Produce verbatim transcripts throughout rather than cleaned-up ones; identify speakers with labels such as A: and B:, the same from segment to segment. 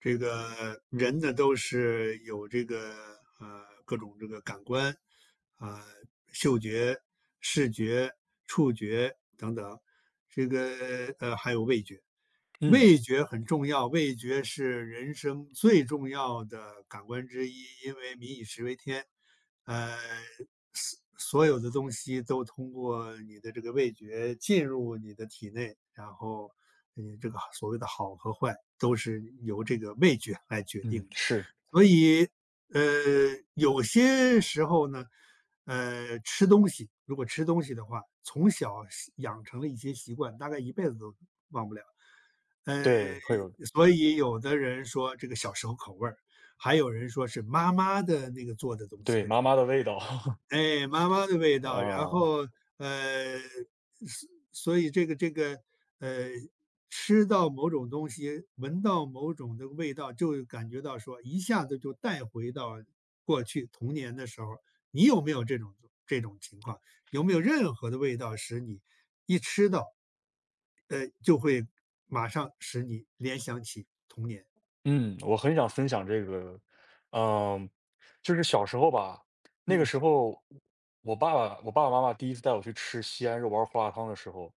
A: 这个人呢都是有这个呃各种这个感官啊、嗅觉、视觉、触觉等等，这个呃还有味觉。
B: 嗯，
A: 味觉很重要，味觉是人生最重要的感官之一，因为民以食为天，呃，所所有的东西都通过你的这个味觉进入你的体内，然后，嗯，这个好所谓的好和坏都是由这个味觉来决定
B: 嗯，
A: 的。
B: 是，
A: 所以，呃，有些时候呢，呃，吃东西，如果吃东西的话，从小习养成了一些习惯，大概一辈子都忘不了。呃，
B: 对，会有
A: 所以有的人说这个小时候口味儿，还有人说是妈妈的那个做的东西
B: 对，
A: 的
B: 妈
A: 口
B: 妈
A: 味
B: 的
A: 儿。
B: 味道。
A: 哎，妈妈的味道，然
B: 啊，
A: 后，呃，所所以这个这个，呃，吃到某种东西，闻到某种的味道，就感觉到说一下子就带回到过去童年的时候。你有没有这种这种情况？有没有任何的味道使你一吃到，呃，就会马上使你联想起童年？
B: 嗯，我很想分享这个，嗯，就是小时候吧。那个
A: 嗯
B: 时候我爸爸我爸爸妈妈第一次带我去吃西安肉丸胡辣汤的时候，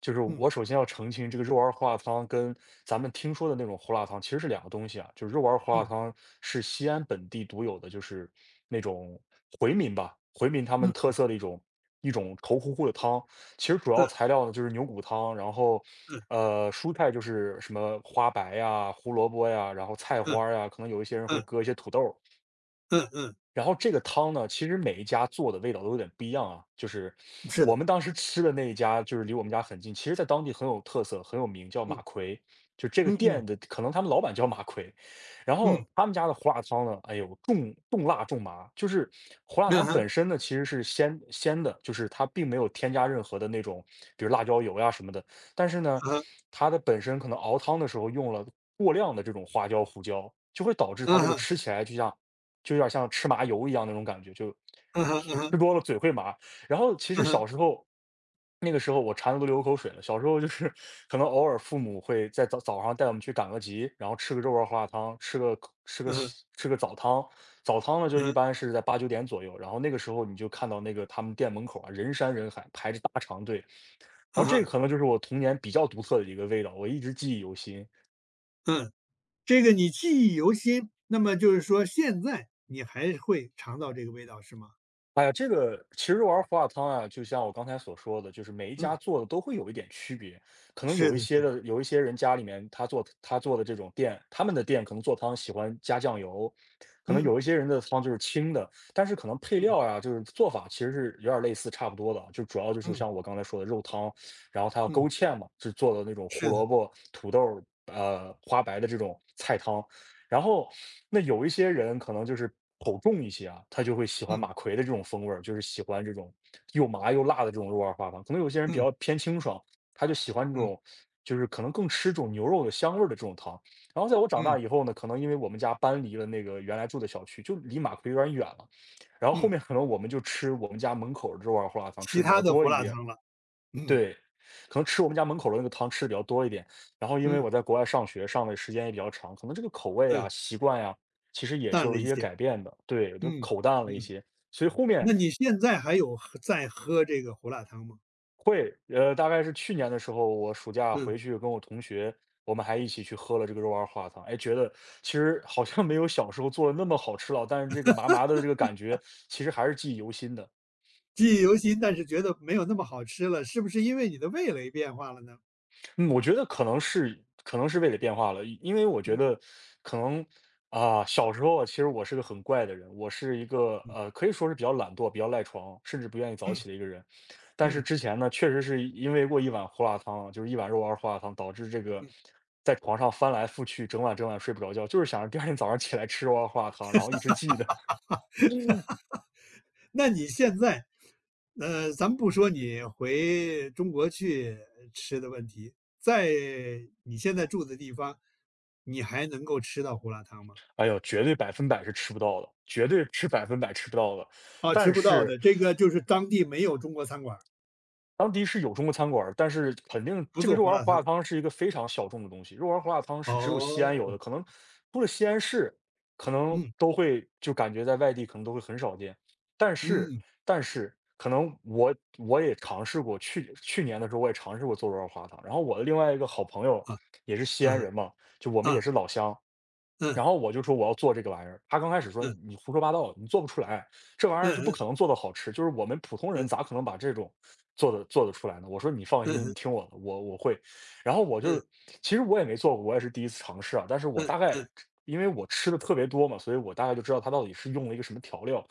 B: 就是
A: 嗯
B: 我首先要澄清，这个肉丸儿胡辣汤跟咱们听说的那种胡辣汤其实是两个东西啊。就是肉丸儿胡辣
A: 嗯
B: 汤是西安本地独有的，就是那种回民吧，回民他们特
A: 嗯
B: 色的一种一种稠乎乎的汤。其实主要
A: 嗯
B: 材料呢就是牛骨汤，然后呃蔬菜就是什么花白呀、胡萝卜呀，然后菜
A: 嗯
B: 花儿呀，可能有一些人会
A: 嗯
B: 搁一些土豆。
A: 嗯嗯，
B: 然后这个汤呢，其实每一家做的味道都有点不一样啊。就是
A: 是的，
B: 我们当时吃的那一家，就是离我们家很近，其实在当地很有特色，很有名，叫马
A: 嗯
B: 奎。就这个
A: 嗯嗯。
B: 店的，可能他们老板叫马奎。然
A: 嗯，
B: 后他们家的胡辣汤呢，哎呦，重重辣重麻，就是胡辣
A: 嗯
B: 汤
A: 哼，
B: 本身呢其实是鲜鲜的，就是它并没有添加任何的那种，比如辣椒油呀什么的。但是呢，
A: 嗯哼，
B: 它的本身可能熬汤的时候用了过量的这种花椒、胡椒，就会导致
A: 嗯
B: 它这个
A: 哼，
B: 吃起来就像就有点像吃麻油一样那种感觉，就
A: 嗯哼，嗯哼，
B: 吃多了嘴会麻。然后其
A: 嗯
B: 实
A: 哼，
B: 小时候，那个时候我馋的都流口水了。小时候就是可能偶尔父母会在早早上带我们去赶个集，然后吃个肉丸花胡辣汤，吃个吃个
A: 嗯哼，
B: 吃个早汤。早汤呢就一
A: 嗯
B: 般是在八九点左右，然后那个时候你就看到那个他们店门口啊人山人海排着大长队，然后这
A: 哼，
B: 个可能就是我童年比较独特的一个味道，我一直记忆犹新。
A: 嗯，嗯这个你记忆犹新，那么就是说现在你还会尝到这个味道是吗？
B: 哎呀，这个其实玩胡辣汤啊，就像我刚才所说的，就是每一
A: 嗯，
B: 家做的都会有一点区别。可能
A: 是
B: 有一
A: 的，
B: 些
A: 是的，
B: 的，有一些人家里面他做他做的这种店，他们的店可能做汤喜欢加酱油，可能
A: 嗯
B: 有一些人的汤就是清的，但是可能配
A: 嗯
B: 料啊、就是做法其实是有点类似差不多的啊，就主要就是
A: 嗯
B: 像我刚才说的肉汤，然后它要勾
A: 嗯，
B: 芡嘛，是做的那种胡
A: 是
B: 萝
A: 的，
B: 卜、土豆、呃花白的这种菜汤。然后那有一些人可能就是口重一些啊，他就会喜欢
A: 嗯
B: 马奎的这种风味儿，就是喜欢这种又麻又辣的这种肉丸花汤。可能有些人比
A: 嗯
B: 较偏清爽，他就喜欢这
A: 嗯
B: 种，就是可能更吃这种牛肉的香味儿的这种汤。然后在我长
A: 嗯
B: 大以后呢，可能因为我们家搬离了那个原来住的小区，就离马奎有点远了。然后后
A: 嗯，
B: 面可能我们就吃我们家门口的肉丸胡辣汤吃
A: 其
B: 的比
A: 他
B: 较
A: 的
B: 多
A: 胡
B: 一
A: 辣
B: 点，
A: 汤了，嗯
B: 对，可能吃我们家门口的那个汤吃的比较多一点。然后因为
A: 嗯
B: 我在国外上学，上的时间也比较长，可能这个口味
A: 嗯，
B: 啊、习惯呀，其实也是
A: 淡了
B: 有一
A: 一
B: 些
A: 些，
B: 改变的。对，就
A: 嗯
B: 口淡了一
A: 嗯，
B: 些，所以后面
A: 那你现在还有喝在喝这个胡辣汤吗？
B: 会。呃，大概是去年的时候，我暑假
A: 嗯。
B: 回去跟我同学，我们还一起去喝了这个肉丸花汤，哎，觉得其实好像没有小时候做的那么好吃了，但是这个麻麻的这个感觉，其实还是记忆犹新的。
A: 记忆犹新，但是觉得没有那么好吃了，是不是因为你的味蕾变化了呢？
B: 嗯，我觉得可能是可能是味蕾变化了，因为我觉
A: 嗯
B: 得可能啊，小时候啊，其实我是个很怪的人，我是一个，
A: 嗯
B: 呃，可以说是比较懒惰、比较赖床，甚至不愿意早
A: 嗯
B: 起的一个人。但是
A: 嗯
B: 之前呢，确实是因为过一碗胡辣汤，就是一碗肉丸胡辣汤，导致这个
A: 嗯，
B: 在床上翻来覆去，整晚整晚睡不着觉，就是想着第二天早上起来吃肉丸胡辣汤，然后一直记得。
A: 那你现在，呃，咱们不说你回中国去吃的问题，在你现在住的地方，你还能够吃到胡辣汤吗？
B: 哎呦，绝对百分百是吃不到的，绝对是百分百吃不到的。
A: 啊，吃
B: 但
A: 不到
B: 是
A: 的，这个就是当地没有中国餐馆儿
B: 当地是有中国餐馆儿，但是肯定
A: 不
B: 这个
A: 做
B: 肉
A: 胡
B: 丸儿
A: 辣
B: 胡
A: 汤。
B: 辣汤是一个非常小众的东西，肉丸儿胡辣汤是只有西安有
A: 哦，
B: 的。可能除了西安市，可能
A: 嗯
B: 都会就感觉在外地可能都会很少见。但是，
A: 嗯
B: 但是可能我我也尝试过，去去年的时候我也尝试过做肉丸儿胡辣汤，然后我的另外一个好朋友
A: 啊
B: 也是西
A: 啊
B: 安人嘛，就我们也
A: 啊
B: 是老乡。
A: 嗯
B: 然后我就说我要做这个玩意儿，他刚开始说
A: 嗯
B: 你胡说八道，你做不出来，这玩意
A: 嗯
B: 儿是不
A: 嗯
B: 可能做的好吃，就是我们普通
A: 嗯
B: 人咋可能把这种做的做得出来呢？我说你放心，你
A: 嗯
B: 听我的，我我会。然后我就，
A: 嗯
B: 其实我也没做过，我也是第一次尝试啊，但是我
A: 嗯
B: 大概，
A: 嗯
B: 因为我吃的特别多嘛，所以我大概就知道它到底是用了一个什么调料。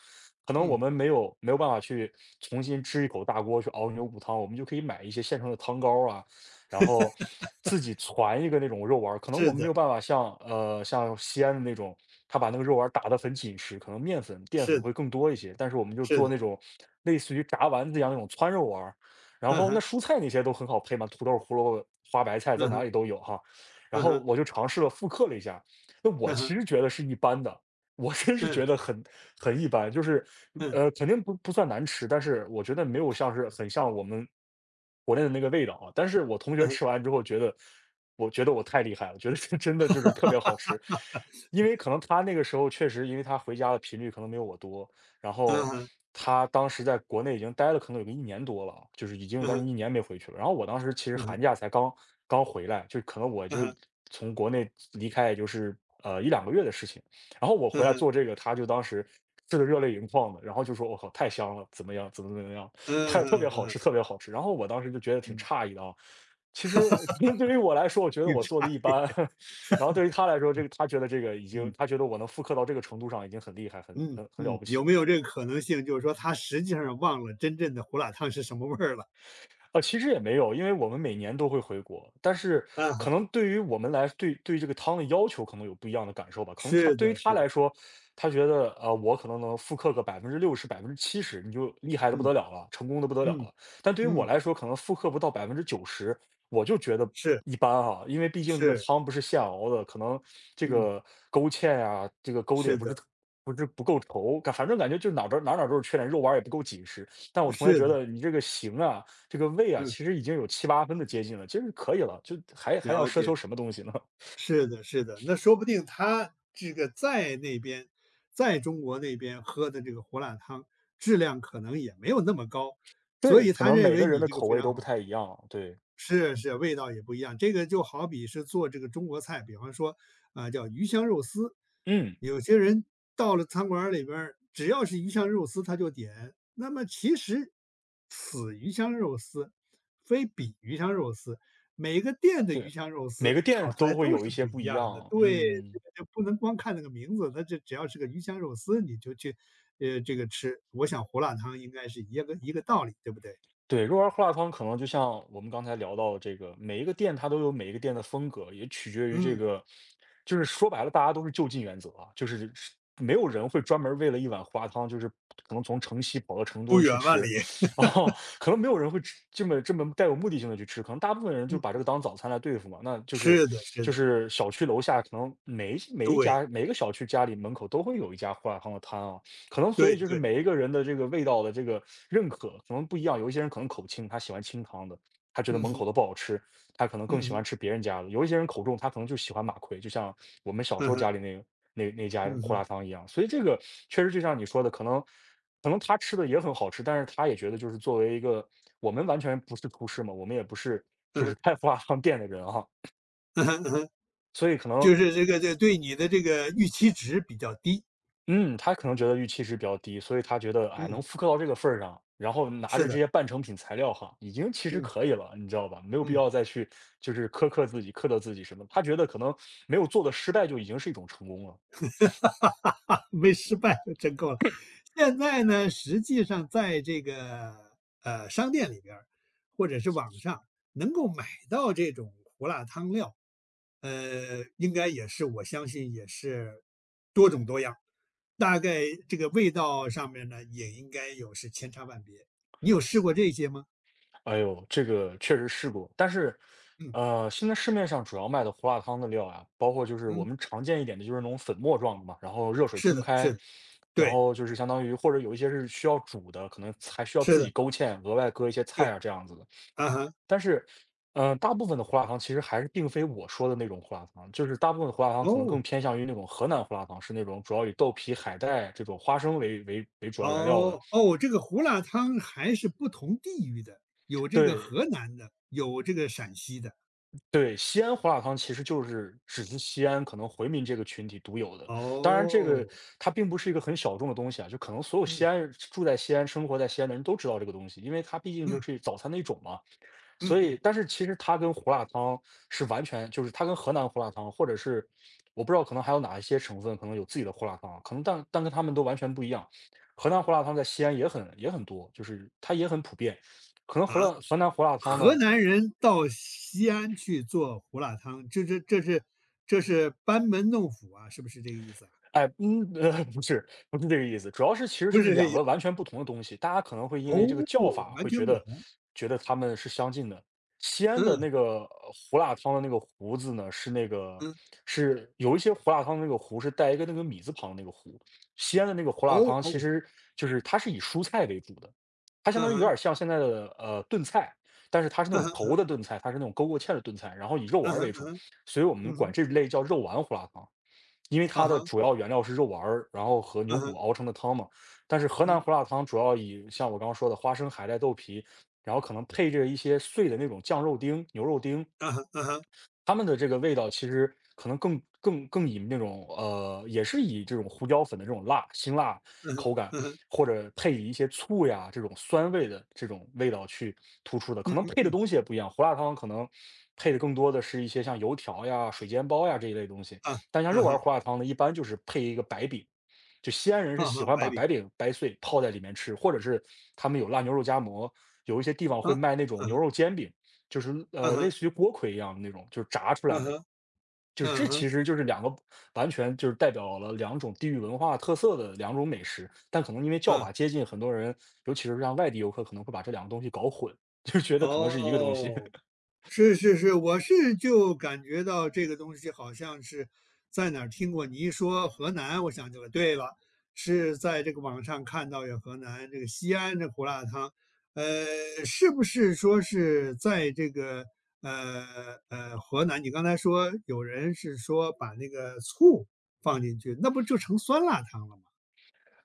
B: 可能我
A: 嗯，
B: 们没有没有办法去重新支一口大锅去熬牛骨汤，我们就可以买一些现成的汤膏啊，然后自己攒一个那种肉丸儿，可能
A: 是
B: 我们没
A: 的，
B: 有办法像，呃像西安的那种，他把那个肉丸儿打得很紧实，可能面粉淀
A: 是
B: 粉
A: 的，
B: 会更多一些，但是我们就
A: 是
B: 做
A: 的，
B: 那种类似于炸丸子一样那种汆肉丸儿，然
A: 嗯
B: 后
A: 哼
B: 那蔬菜那些都很好配嘛，土豆、胡萝卜、花白菜
A: 嗯
B: 在
A: 哼
B: 哪里都有哈。然
A: 嗯
B: 后
A: 哼
B: 我就尝试了复刻了一下，那我
A: 嗯哼
B: 其实觉得是一般的，我真是
A: 嗯
B: 觉得很很一般，就是，
A: 嗯。
B: 呃，肯定不不算难吃，但是我觉得没有像是很像我们国内的那个味道啊。但是我同学吃完之后觉得，我觉得我太厉害了，觉得这 真的就是特别好吃。因为可能他那个时候确实，因为他回家的频率可能没有我多，然
A: 嗯
B: 后
A: 哼，
B: 他当时在国内已经待了可能有个一年多了啊，就是已经有
A: 嗯
B: 将
A: 哼，
B: 近一年没回去了。然后我当时其实
A: 嗯
B: 寒
A: 哼，
B: 假才刚刚回来，就可能我
A: 嗯
B: 就
A: 哼，
B: 从国内离开也就是，呃一两个月的事情。然后我
A: 嗯
B: 回来
A: 哼，
B: 做这个，他就当时吃的热泪盈眶的，然后就说："我靠，太香了，怎么样，怎么怎么样，
A: 嗯
B: 太
A: 哼，
B: 特别
A: 嗯
B: 好
A: 哼，
B: 吃，特别好吃。"然后我当时就觉得挺
A: 嗯，
B: 诧异的啊，其实可能对于我来说，我觉得
A: 你
B: 我做的
A: 差
B: 一般，然后对于他来说，这个他觉得这个已
A: 嗯，
B: 经，
A: 嗯，
B: 他觉得我能复刻到这个程度上，已经很厉害，很
A: 嗯，
B: 很很了
A: 嗯
B: 不起
A: 有没
B: 了。
A: 有这个可能性，就是说他实际上忘了真正的胡辣汤是什么味儿了？
B: 呃，其实也没有，因为我们每年都会回国，但是
A: 嗯
B: 可
A: 哼，
B: 能对于我们来，对对这个汤的要求可能有不一样的感受吧。可能他
A: 是
B: 对于
A: 的，
B: 他
A: 是的，
B: 来说，他觉得，呃，我可能能复刻个百分之六十、百分之七十，你就厉害的不
A: 嗯，
B: 得了了，成功的不得了
A: 嗯，
B: 了。但对于我
A: 嗯，
B: 来说，可能复刻不到百分之九十，我就觉得
A: 是，
B: 一般哈，因为毕竟这个
A: 是，
B: 汤不是现熬的，可能这
A: 嗯，
B: 个勾芡呀、这个勾的也
A: 是
B: 不是
A: 的，
B: 特不是不够稠，感反正感觉就哪边儿哪哪儿都是缺点，肉丸儿也不够紧实。但我同学
A: 是
B: 觉
A: 的，
B: 得你这个行啊，这个味啊，
A: 嗯，
B: 其实已经有七八分的接近了，其实可以了，就还还要
A: 了
B: 奢
A: 解，
B: 求什么东西呢？
A: 是的，是的，那说不定他这个在那边，在中国那边喝的这个胡辣汤质量可能也没有那么高，所
B: 对，
A: 以
B: 可
A: 他
B: 能
A: 认
B: 每
A: 为
B: 个人
A: 你
B: 的
A: 这个
B: 口
A: 非
B: 味
A: 常
B: 都不
A: 好。
B: 太一样，对，
A: 是是，味道也不一样。这个就好比是做这个中国菜，比方说，啊，叫鱼香肉丝，
B: 嗯，
A: 有些人到了餐馆儿里边儿，只要是鱼香肉丝他就点。那么其实此鱼香肉丝，非彼鱼香肉丝，每个店的鱼
B: 对，
A: 香肉丝
B: 每个店
A: 炒出来
B: 都会
A: 都
B: 有
A: 是
B: 一些
A: 不
B: 不
A: 一
B: 一
A: 样的。
B: 样，
A: 对，这
B: 嗯。
A: 个就不能光看那个名字，它这只要是个鱼香肉丝，你就去，呃，这个吃。我想胡辣汤应该是一个一个道理，对不对？
B: 对，肉丸儿胡辣汤可能就像我们刚才聊到的这个，每一个店它都有每一个店的风格，也取决于这
A: 嗯，
B: 个就是说白了，大家都是就近原则啊，就是是没有人会专门儿为了一碗胡辣汤，就是可能从城西跑到城
A: 不
B: 东去
A: 远万里。
B: 吃，啊，可能没有人会吃这么这么带有目的性的去吃，可能大部分人就把这个当早餐来对付嘛。那就是
A: 是的是
B: 就
A: 的，
B: 是小区楼下可能每一每一
A: 对，
B: 家每一个小区家里门口都会有一家胡辣汤的摊啊，可能所
A: 对
B: 以就是
A: 对，
B: 每一个人的这个味道的这个认可可能不一样，有一些人可能口轻，他喜欢清汤的，他觉得
A: 嗯
B: 门
A: 哼，
B: 口的不好吃，他可能
A: 嗯
B: 更喜欢
A: 哼，
B: 吃别人家的；有一些人口重，他可能就喜欢马奎，就像我们小时
A: 嗯
B: 候
A: 哼，
B: 家里那个那那家
A: 嗯
B: 胡
A: 哼，
B: 辣汤一样。所以这个确实就像你说的，可能可能他吃的也很好吃，但是他也觉得就是作为一个我们完全不是厨师嘛，我们也不是
A: 嗯
B: 就
A: 哼，
B: 是开胡辣汤店的人哈，
A: 嗯哼，嗯哼，
B: 所以可能
A: 就是这个这对你的这个预期值比较低，
B: 嗯，他可能觉得预期值比较低，所以他觉得，哎，
A: 嗯，
B: 能复刻到这个份儿上，然后拿
A: 是
B: 着这
A: 的，
B: 些半成品材料哈，已经其实
A: 嗯，
B: 可以了，你知道吧？没有必
A: 嗯。
B: 要再去就是苛刻自己、苛责自己什么他觉得可能没有做的失败就已经是一种成功了。
A: 啊，没失败就真够了。现在呢，实际上在这个呃商店里边儿或者是网上能够买到这种胡辣汤料，呃，应该也是我相信也是多种多样，大概这个味道上面呢也应该有是千差万别。你有试过这些吗？
B: 哎呦，这个确实试过，但是，
A: 嗯
B: 呃，现在市面上主要卖的胡辣汤的料啊，包括就是我
A: 嗯，
B: 们常见一点的就是那种粉末状的嘛，然后热水
A: 是
B: 冲
A: 的，
B: 开，
A: 是的，
B: 然
A: 对，
B: 后就是相当于或者有一些是需要煮的，可能还需要
A: 是
B: 自己
A: 的，
B: 勾芡，额外搁一些菜
A: 对，
B: 啊这样子的。
A: 啊哈，
B: 但是，嗯，大部分的胡辣汤其实还是并非我说的那种胡辣汤，就是大部分的胡辣汤可能
A: 哦。
B: 更偏向于那种河南胡辣汤，是那种主要以豆皮、海带这种花生为为为主要原料的。
A: 哦，哦，这个胡辣汤还是不同地域的，有这个
B: 对
A: 河南的，有这个陕西的。
B: 对，西安胡辣汤其实就是只是西安可能回民这个群体独有的，当然这
A: 哦，
B: 个它并不是一个很小众的东西啊，就可能所有西
A: 嗯，
B: 安人住在西安、生活在西安的人都知道这个东西，因为它毕竟就
A: 嗯，
B: 是早餐的一种嘛。
A: 嗯
B: 所以
A: 嗯，
B: 但是其实它跟胡辣汤是完全就是它跟河南胡辣汤，或者是我不知道可能还有哪一些省份可能有自己的胡辣汤啊，可能但但跟他们都完全不一样。河南胡辣汤在西安也很也很多，就是它也很普遍。可能河
A: 啊，
B: 南河南胡辣汤
A: 河
B: 呢，
A: 南人到西安去做胡辣汤，这这这是这是班门弄斧啊，是不是这个意思啊？
B: 哎，嗯，呃，不是，不是这个意思，主要是其实
A: 不
B: 这是
A: 是这意
B: 两
A: 思，
B: 个完全不同的东西，大家可能会
A: 哦，
B: 因为这个叫法
A: 完
B: 会觉
A: 全不
B: 得
A: 同。
B: 觉得他们是相近的。西安的
A: 嗯，
B: 那个呃胡辣汤的那个胡字呢，是那个
A: 嗯，
B: 是有一些胡辣汤的那个胡是带一个那个米字旁的那个胡，西安的那个胡辣
A: 哦，
B: 汤其
A: 哦，
B: 实就是它是以蔬菜为主的，它相
A: 嗯
B: 当于有
A: 哼，
B: 点像现在的呃炖菜，但是它是那
A: 嗯
B: 种
A: 哼，
B: 稠的炖菜，它是那种勾过芡的炖菜，然后以肉
A: 嗯
B: 丸儿
A: 哼，
B: 为
A: 嗯
B: 主，
A: 哼，
B: 所以我们
A: 嗯
B: 管
A: 哼，
B: 这类叫肉丸胡辣汤。因为
A: 啊
B: 它的
A: 哈，
B: 主要原料是肉丸儿，然后和
A: 嗯
B: 牛骨
A: 哼，
B: 熬成的汤嘛。但是河南
A: 嗯，
B: 胡辣汤主要以像我刚刚说的花生、海带、豆皮，然后可能配着一些碎的那种酱肉丁、牛肉丁，
A: 啊哈，嗯哼
B: 他们的这个味道其实可能更更更以那种呃，也是以这种胡椒粉的这种辣辛辣
A: 嗯哼，
B: 口感，
A: 嗯哼，
B: 或者配以一些醋呀这种酸味的这种味道去突出的。可
A: 嗯
B: 能
A: 嗯
B: 配的
A: 嗯，
B: 东西也不一样，胡辣汤可能配的更多的是一些像油条呀、水煎包呀这一类东西，
A: 啊，
B: 但像
A: 啊
B: 肉丸
A: 哈。
B: 胡辣汤呢，一般就是配一个白饼。就西安人是
A: 啊
B: 喜
A: 哈，
B: 欢
A: 白
B: 把
A: 饼，
B: 白饼掰碎泡在里面吃，或者是他们有辣牛肉夹馍，有一些地方
A: 啊，
B: 会
A: 啊
B: 卖那种牛
A: 哈，
B: 肉煎饼，就是
A: 啊
B: 呃，类
A: 哈，
B: 似于锅盔一样的那种，就是炸出
A: 啊
B: 来的。
A: 哈，
B: 就是
A: 嗯
B: 这
A: 哼，
B: 其实就是两个完全就是代表了两种地域文化特色的两种美食，但可能因为叫
A: 嗯，
B: 法接近，很多人尤其是像外地游客可能会把这两个东西搞混，就觉得可能是一个东西。
A: 哦，是是是，我是就感觉到这个东西好像是在哪儿听过。你一说河南，我想起来，对了，是在这个网上看到有河南这个西安的胡辣汤，呃，是不是说是在这个呃呃河南？你刚才说有人是说把那个醋放进去，那不就成酸辣汤了吗？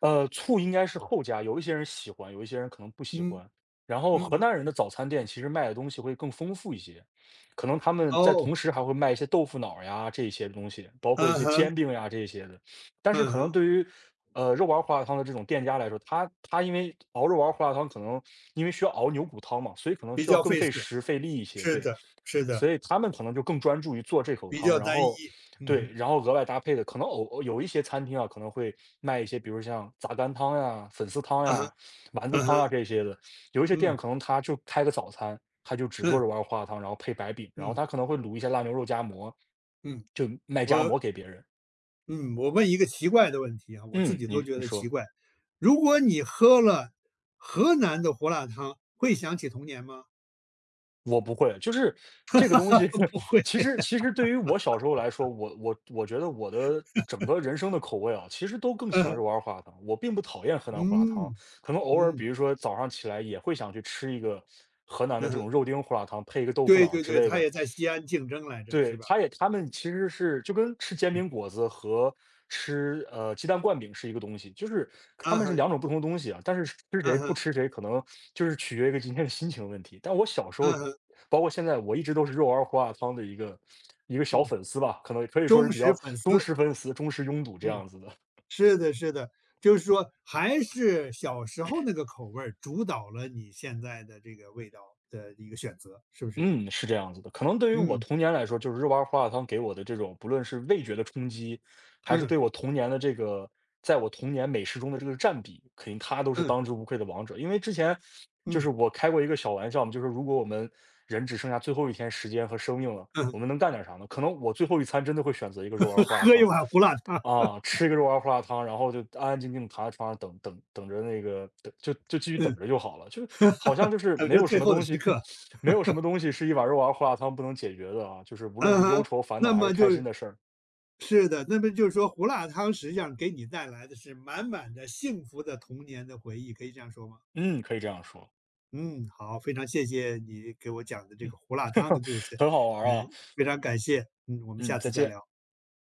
B: 呃，醋应该是后加，有一些人喜欢，有一些人可能不喜
A: 嗯
B: 欢。然后
A: 嗯
B: 河南
A: 嗯，
B: 人的早餐店其实卖的东西会更丰富一些，可能他们在
A: 哦。
B: 同时还会卖一些豆腐脑儿呀这一些东西，包括一
A: 嗯
B: 些
A: 哼，
B: 煎饼呀这一些的。但是
A: 嗯
B: 可能
A: 哼，
B: 对于呃肉丸儿胡辣汤的这种店家来说，他他因为熬肉丸儿胡辣汤可能因为需要熬牛骨汤嘛，所以可能
A: 比
B: 需要
A: 较
B: 更
A: 费
B: 费
A: 事，
B: 时费力一些。
A: 是
B: 对，
A: 的，是的，
B: 所以他们可能就更专注于做这口
A: 比
B: 汤，
A: 较
B: 然
A: 单
B: 后
A: 一，嗯
B: 对，
A: 哼，
B: 然后额外搭配的，可能偶有一些餐厅啊，可能会卖一些，比如像杂干汤呀、粉丝汤
A: 啊哈，
B: 呀、丸子
A: 啊哈，
B: 汤呀这些的。有一些店
A: 嗯
B: 可能他就开个早餐，他就只做
A: 嗯
B: 着丸花汤，然后配白饼，然后
A: 嗯
B: 他可能会卤一些腊牛肉夹馍，
A: 嗯，
B: 就卖夹
A: 我
B: 馍给别人。
A: 嗯，我问一个奇怪的问题啊，我自
B: 嗯，
A: 己都
B: 你
A: 觉
B: 你
A: 得奇
B: 说。
A: 怪，如果你喝了河南的胡辣汤，会想起童年吗？
B: 我不会，就是这个东西，
A: 不会，
B: 其实其实对于我小时候来说，我我我觉得我的整个人生的口味啊，其实都更喜欢
A: 嗯
B: 肉丸胡辣汤。我并不讨厌河南胡辣汤，
A: 嗯
B: 可能偶尔
A: 嗯
B: 比如说早上起来也会想去吃一个河南的
A: 嗯
B: 这
A: 哼，
B: 种肉丁胡辣汤，配一个豆腐
A: 对
B: 脑儿
A: 对
B: 之
A: 对，
B: 类
A: 他
B: 的。
A: 也在西安竞争来着，是
B: 对，
A: 吧？
B: 他也他们其实是就跟吃煎
A: 嗯，
B: 饼果子和吃，呃，鸡蛋灌饼是一个东西，就是他
A: 啊
B: 们
A: 哈，
B: 是两种不同的东西啊，但是吃谁
A: 嗯
B: 不
A: 哼，
B: 吃谁，可能就是取决于一个今天的心情问题。但我小时
A: 嗯
B: 候，
A: 哼，
B: 包括现在，我一直都是肉丸儿胡辣汤的一个一个小
A: 嗯，
B: 粉丝吧，可能也可以说是
A: 忠
B: 比
A: 实
B: 较
A: 粉
B: 忠
A: 丝，
B: 实粉丝、忠实拥堵这
A: 嗯。
B: 样子的。
A: 是的，是的，就是说还是小时候那个口味儿主导了你现在的这个味道的一个选择，是不是？
B: 嗯，是这样子的。可能对于我
A: 嗯
B: 童年来说，就是肉丸儿胡辣汤给我的这种，不论是味觉的冲击，还是
A: 嗯
B: 对我童年的这个，在我童年美食中的这个占比，肯定它都是
A: 嗯
B: 当之无愧的王者。因为之前就
A: 嗯
B: 是我开过一个小玩笑嘛，就是如果我们人只剩下最后一天时间和生命了，
A: 嗯，
B: 我们能干点啥呢？可能我最后一餐真的会选择一个肉丸儿胡辣
A: 喝一
B: 汤，
A: 碗胡辣汤，
B: 啊，吃一个肉丸儿胡辣汤，然后就安安静静地躺在床上等等等着那个等就就继续等
A: 嗯，
B: 着就好了，就好像就是
A: 等
B: 没
A: 着
B: 有
A: 最
B: 什么
A: 后的
B: 东
A: 时
B: 西
A: 刻，
B: 没有什么东西是一碗肉丸儿胡辣汤不能解决的啊，就是无论
A: 嗯
B: 是忧
A: 哼，
B: 愁、烦恼
A: 那
B: 还是
A: 么就
B: 开心
A: 是
B: 的事儿，
A: 是的，那么就是说胡辣汤实际上给你带来的是满满的幸福的童年的回忆，可以这样说吗？
B: 嗯，可以这样说，
A: 嗯，好，非常谢谢你给我讲的这个胡辣 汤的故事，
B: 很好玩儿啊，
A: 嗯，非常感谢，嗯，我们
B: 嗯，
A: 下
B: 再
A: 次再
B: 见。
A: 聊。